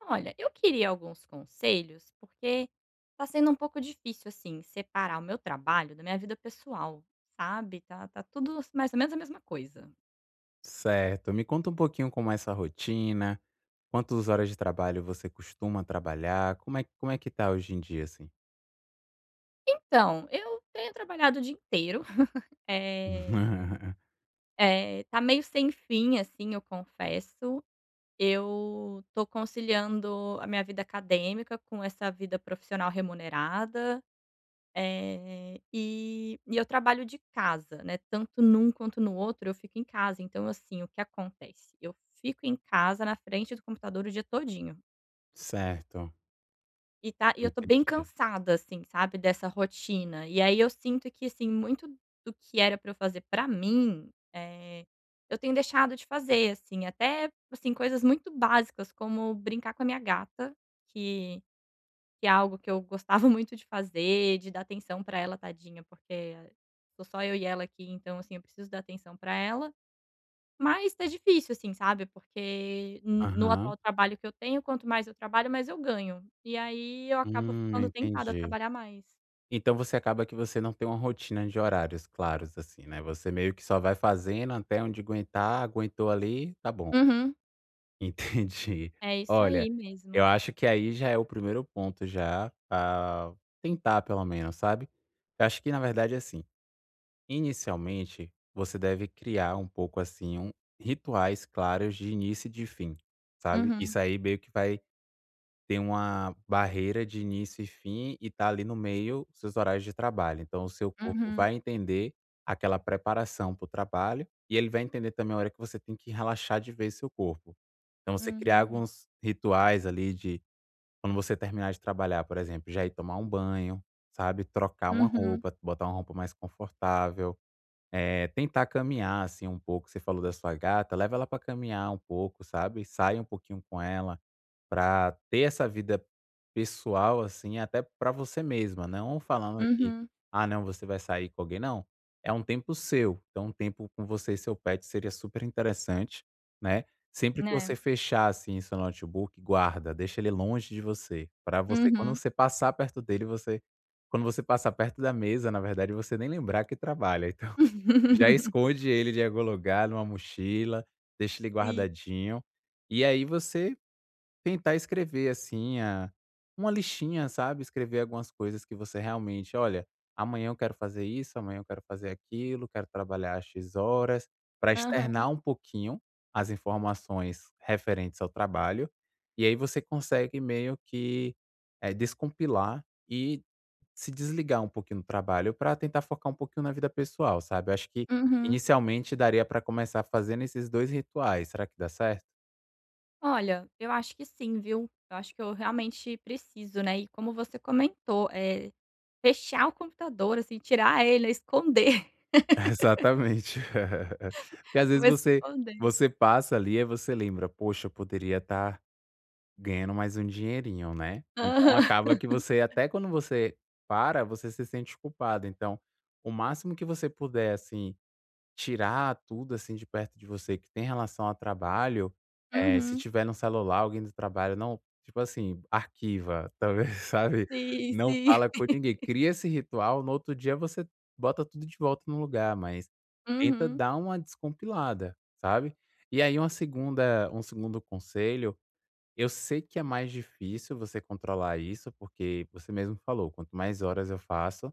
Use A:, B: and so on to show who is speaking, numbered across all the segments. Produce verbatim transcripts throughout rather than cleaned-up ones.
A: Olha, eu queria alguns conselhos, porque tá sendo um pouco difícil, assim, separar o meu trabalho da minha vida pessoal, sabe? Tá, tá tudo mais ou menos a mesma coisa.
B: Certo. Me conta um pouquinho como é essa rotina, quantas horas de trabalho você costuma trabalhar, como é como é que tá hoje em dia, assim?
A: Então, eu tenho trabalhado o dia inteiro, é, é, tá meio sem fim, assim, eu confesso. Eu tô conciliando a minha vida acadêmica com essa vida profissional remunerada. Eh, e e eu trabalho de casa, né, tanto num quanto no outro eu fico em casa, então assim, o que acontece? Eu fico em casa na frente do computador o dia todinho,
B: Certo,
A: e tá e eu tô bem
B: entendi.
A: cansada, assim, sabe, dessa rotina. E aí eu sinto que, assim, muito do que era pra eu fazer pra mim, eh, eu tenho deixado de fazer, assim, até, assim, coisas muito básicas como brincar com a minha gata, que que é algo que eu gostava muito de fazer, de dar atenção pra ela, tadinha, porque ah, sou só eu e ela aqui, então, assim, eu preciso dar atenção pra ela. Mas tá difícil, assim, sabe, porque n no
B: Aham.
A: atual trabalho que eu tenho, quanto mais eu trabalho, mais eu ganho. E aí eu acabo
B: Hum,
A: ficando tentada a
B: entendi.
A: trabalhar mais.
B: Então você acaba que você não tem uma rotina de horários claros, assim, né, você meio que só vai fazendo até onde aguentar, aguentou ali, tá bom.
A: Uhum.
B: Entendi.
A: É isso
B: Olha,
A: aí
B: eu
A: mesmo.
B: acho que aí já é o primeiro ponto já, a tentar pelo menos, sabe. Eu acho que na verdade é assim. Inicialmente, você deve criar um pouco assim um, rituais claros de início e de fim, sabe?
A: Uhum,
B: Isso aí meio que vai ter uma barreira de início e fim e tá ali no meio seus horários de trabalho. Então o seu corpo
A: uhum,
B: vai entender aquela preparação para o trabalho e ele vai entender também a hora que você tem que relaxar de vez seu corpo. Então você criar
A: hum,
B: alguns rituais ali de quando você terminar de trabalhar, por exemplo, já ir tomar um banho, sabe? Trocar uma
A: uhum,
B: roupa, botar uma roupa mais confortável, eh, tentar caminhar, assim, um pouco. Você falou da sua gata, leva ela para caminhar um pouco, sabe, sai um pouquinho com ela para ter essa vida pessoal, assim, até para você mesma, não falando aqui,
A: uhum,
B: "Ah, não, você vai sair com alguém", não, é um tempo seu, então um tempo com você e seu pet seria super interessante, né. Sempre que
A: Né.
B: você fechar, assim, seu notebook, guarda, deixa ele longe de você, para você quando
A: uhum.
B: você passar perto dele, você quando você passar perto da mesa, na verdade, você nem lembrar que trabalha. Então, já esconde ele de algum lugar, numa mochila, deixa ele
A: Sim.
B: guardadinho. E aí você tentar escrever, assim, a uma listinha, sabe, escrever algumas coisas que você realmente: "Olha, amanhã eu quero fazer isso, amanhã eu quero fazer aquilo, quero trabalhar às X horas", para
A: Aham,
B: externar um pouquinho as informações referentes ao trabalho, e aí você consegue meio que, eh, descompilar e se desligar um pouquinho do trabalho para tentar focar um pouquinho na vida pessoal, sabe. Eu acho que
A: uhum.
B: inicialmente daria para começar fazendo esses dois rituais, será que dá certo?
A: Olha, eu acho que sim, viu. Eu acho que eu realmente preciso, né, e como você comentou, eh, fechar o computador, assim, tirar ele, né? Esconder,
B: Exatamente. Porque às vezes
A: vou
B: você
A: esconder.
B: você passa ali, e você lembra: "Poxa, eu poderia estar ganhando mais um dinheirinho", né. Então
A: Aham.
B: acaba que você até quando você para, você se sente culpado, então o máximo que você puder, assim, tirar tudo, assim, de perto de você que tem relação a trabalho, eh, se
A: Uhum.
B: tiver no celular alguém do trabalho, não tipo assim, arquiva, talvez, sabe,
A: Sim,
B: não
A: sim.
B: fala com ninguém. Cria esse ritual, no outro dia você bota tudo de volta no lugar, mas tenta
A: Uhum,
B: dar uma descompilada, sabe. E aí uma segunda um segundo conselho, eu sei que é mais difícil você controlar isso, porque você mesmo falou, quanto mais horas eu faço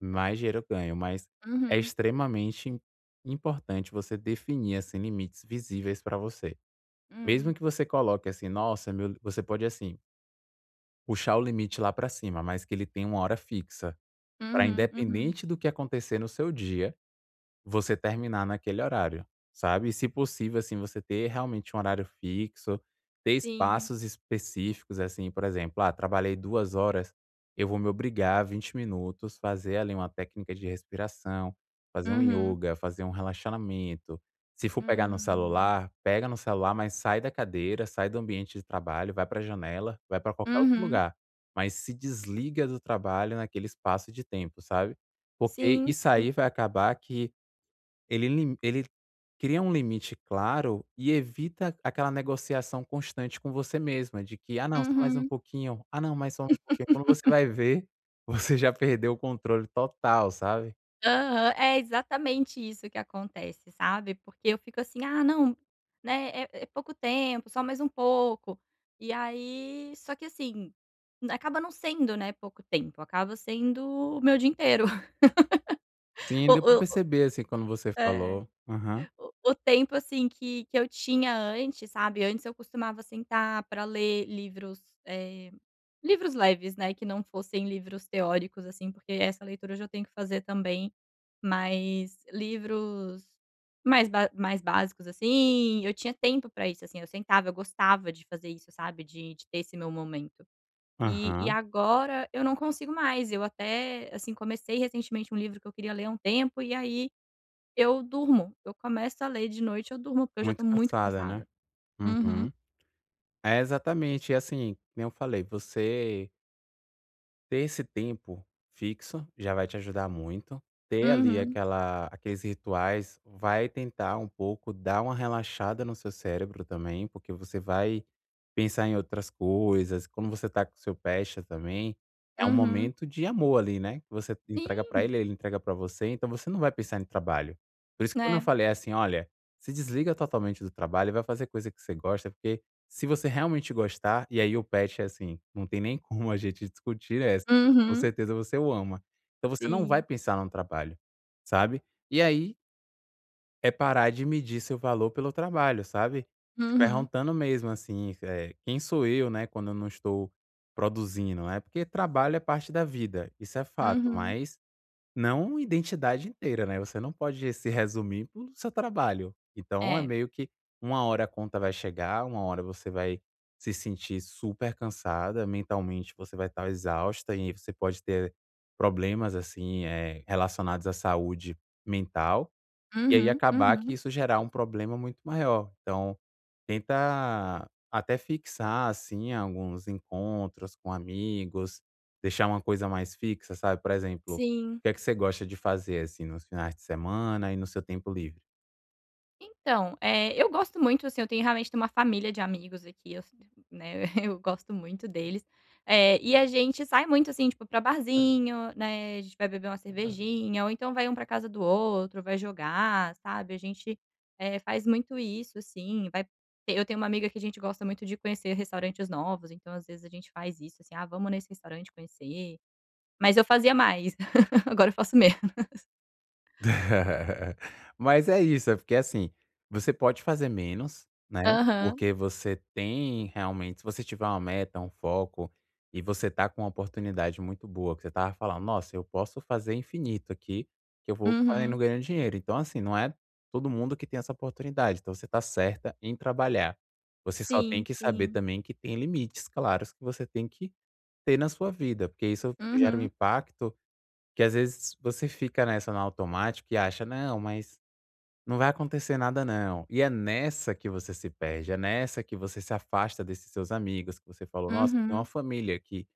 B: mais dinheiro eu ganho, mas é
A: uhum,
B: extremamente im importante você definir, assim, limites visíveis para você. Mesmo
A: hum,
B: que você coloque assim: "Nossa, meu" li- você pode, assim, puxar o limite lá para cima, mas que ele tenha uma hora fixa, para
A: uhum, uhum.
B: independente do que acontecer no seu dia, você terminar naquele horário, sabe. E se possível, assim, você ter realmente um horário fixo, ter
A: Sim.
B: espaços específicos, assim, por exemplo: "Ah, trabalhei duas horas, eu vou me obrigar a vinte minutos, fazer ali uma técnica de respiração, fazer um
A: Uhum.
B: ioga, fazer um relaxamento". Se for pegar no
A: Hum.
B: celular, pega no celular, mas sai da cadeira, sai do ambiente de trabalho, vai para a janela, vai para qualquer outro
A: Uhum.
B: lugar, mas se desliga do trabalho naquele espaço de tempo, sabe. Porque
A: Sim,
B: isso
A: sim.
B: aí vai acabar que ele lim ele cria um limite claro e evita aquela negociação constante com você mesma de que: "Ah não, só mais um
A: Uhum.
B: pouquinho. Ah não, mais só um pouquinho". Quando você vai ver, você já perdeu o controle total, sabe.
A: Aham, é exatamente isso que acontece, sabe, porque eu fico assim: "Ah, não, né, é é pouco tempo, só mais um pouco". E aí só que assim, n- acaba não sendo, né, pouco tempo, acaba sendo o meu dia inteiro.
B: Sim,
A: O
B: deu pra
A: o o
B: perceber, assim, quando você
A: é,
B: falou. Aham,
A: o o tempo, assim, que que eu tinha antes, sabe, antes eu costumava sentar para ler livros, eh livros leves, né, que não fossem livros teóricos, assim, porque essa leitura eu já tenho que fazer também, mas livros mais ba mais básicos, assim, eu tinha tempo pra isso, assim, eu sentava, eu gostava de fazer isso, sabe, de de ter esse meu momento. E e
B: aham.
A: agora eu não consigo mais, eu até, assim, comecei recentemente um livro que eu queria ler há um tempo e aí eu durmo, eu começo a ler de noite, eu durmo, porque eu já
B: Muito
A: estou muito
B: cansada, né.
A: cansada. Uhum,
B: Uhum. É, exatamente. E assim, como eu falei, você ter esse tempo fixo já vai te ajudar muito. Ter ali
A: uhum,
B: aquela aqueles rituais vai tentar um pouco dar uma relaxada no seu cérebro também, porque você vai pensar em outras coisas. Quando você tá com seu pecha também, é um
A: uhum.
B: momento de amor ali, né, que você entrega pra
A: Sim,
B: ele, ele entrega pra você, então você não vai pensar em trabalho. Por isso que quando eu
A: né.
B: falei assim: "Olha, se desliga totalmente do trabalho e vai fazer coisa que você gosta", porque se você realmente gostar, e aí o pet é assim, não tem nem como a gente discutir essa, com
A: Uhum.
B: certeza você o ama. Então você não vai
A: Sim.
B: pensar no trabalho, sabe. E aí, é parar de medir seu valor pelo trabalho, sabe. Se
A: Uhum,
B: perguntando mesmo assim, eh, "Quem sou eu, né, quando eu não estou produzindo?", né, porque trabalho é parte da vida, isso é fato,
A: uhum.
B: mas não identidade inteira, né, você não pode se resumir pelo seu trabalho. Então é
A: É.
B: meio que uma hora a conta vai chegar, uma hora você vai se sentir super cansada, mentalmente você vai estar exausta e você pode ter problemas, assim, eh, relacionados à saúde mental. E aí
A: Uhum,
B: acabar que
A: uhum.
B: isso gerar um problema muito maior. Então, tenta até fixar, assim, alguns encontros com amigos, deixar uma coisa mais fixa, sabe? Por exemplo, o
A: Sim.
B: que é que você gosta de fazer, assim, nos finais de semana e no seu tempo livre?
A: Então, eh, eu gosto muito, assim, eu tenho realmente tenho uma família de amigos aqui, eu s né, eu gosto muito deles. Eh, e a gente sai muito, assim, tipo, pra barzinho, né, a gente vai beber uma cervejinha, ou então vai um pra casa do outro, vai jogar, sabe. A gente, eh, faz muito isso, assim, vai eu tenho uma amiga que a gente gosta muito de conhecer restaurantes novos, então às vezes a gente faz isso, assim: "Ah, vamos nesse restaurante conhecer". Mas eu fazia mais, agora eu faço menos.
B: Mas é isso, é porque assim, você pode fazer menos, né,
A: Aham.
B: porque você tem realmente se você tiver uma meta, um foco, e você tá com uma oportunidade muito boa, que você tava falando: "Nossa, eu posso fazer infinito aqui, que eu vou fazendo
A: Uhum.
B: ganhando dinheiro". Então assim, não é todo mundo que tem essa oportunidade, então você tá certa em trabalhar. Você só tem
A: Sim,
B: que saber
A: sim.
B: também que tem limites claros que você tem que ter na sua vida, porque isso gera um
A: Uhum,
B: impacto que às vezes você fica nessa no automático e acha: "Não, mas não vai acontecer nada não". E é nessa que você se perde, é nessa que você se afasta desses seus amigos, que você falou: "Nossa, tem uma
A: uhum,
B: família aqui".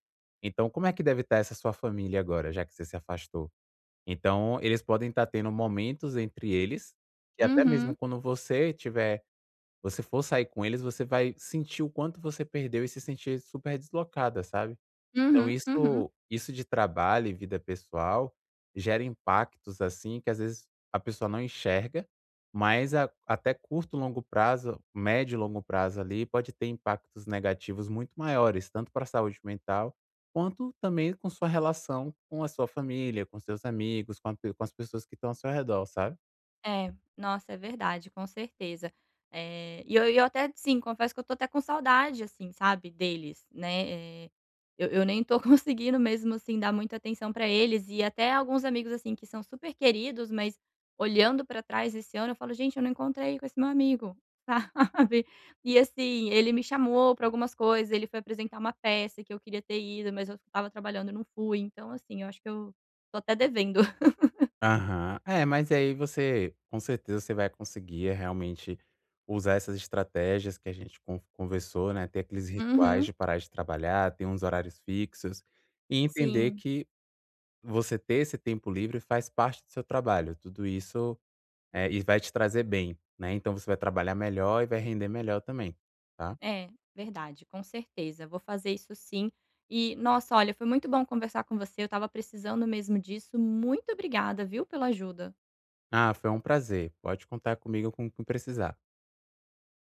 B: Então como é que deve estar essa sua família agora, já que você se afastou? Então eles podem estar tendo momentos entre eles, que até
A: uhum,
B: mesmo quando você tiver você for sair com eles, você vai sentir o quanto você perdeu e se sentir super deslocada, sabe? Então
A: uhum, uhum.
B: isso isso de trabalho e vida pessoal gera impactos, assim, que às vezes a pessoa não enxerga, mas a até curto, longo prazo, médio e longo prazo ali, pode ter impactos negativos muito maiores, tanto para a saúde mental, quanto também com sua relação com a sua família, com seus amigos, com a pe com as pessoas que estão ao seu redor, sabe?
A: É, nossa, é verdade, com certeza. Eh, e eu eu até, sim, confesso que eu tô até com saudade, assim, sabe, deles, né, eh, eu eu nem tô conseguindo mesmo, assim, dar muita atenção pra eles e até alguns amigos, assim, que são super queridos, mas olhando pra trás esse ano eu falo: "Gente, eu não encontrei com esse meu amigo", sabe. E, assim, ele me chamou pra algumas coisas, ele foi apresentar uma peça que eu queria ter ido, mas eu estava trabalhando e não fui, então, assim, eu acho que eu tô até devendo.
B: Aham. É, mas aí você com certeza você vai conseguir realmente usar essas estratégias que a gente con conversou, né, ter aqueles rituais
A: Uhum,
B: de parar de trabalhar, ter uns horários fixos e entender
A: sim.
B: que você ter esse tempo livre faz parte do seu trabalho. Tudo isso, eh, e vai te trazer bem, né, então você vai trabalhar melhor e vai render melhor também, tá.
A: É, verdade, com certeza. Vou fazer isso sim. E, nossa, olha, foi muito bom conversar com você. Eu estava precisando mesmo disso. Muito obrigada, viu, pela ajuda.
B: Ah, foi um prazer. Pode contar comigo com o que precisar.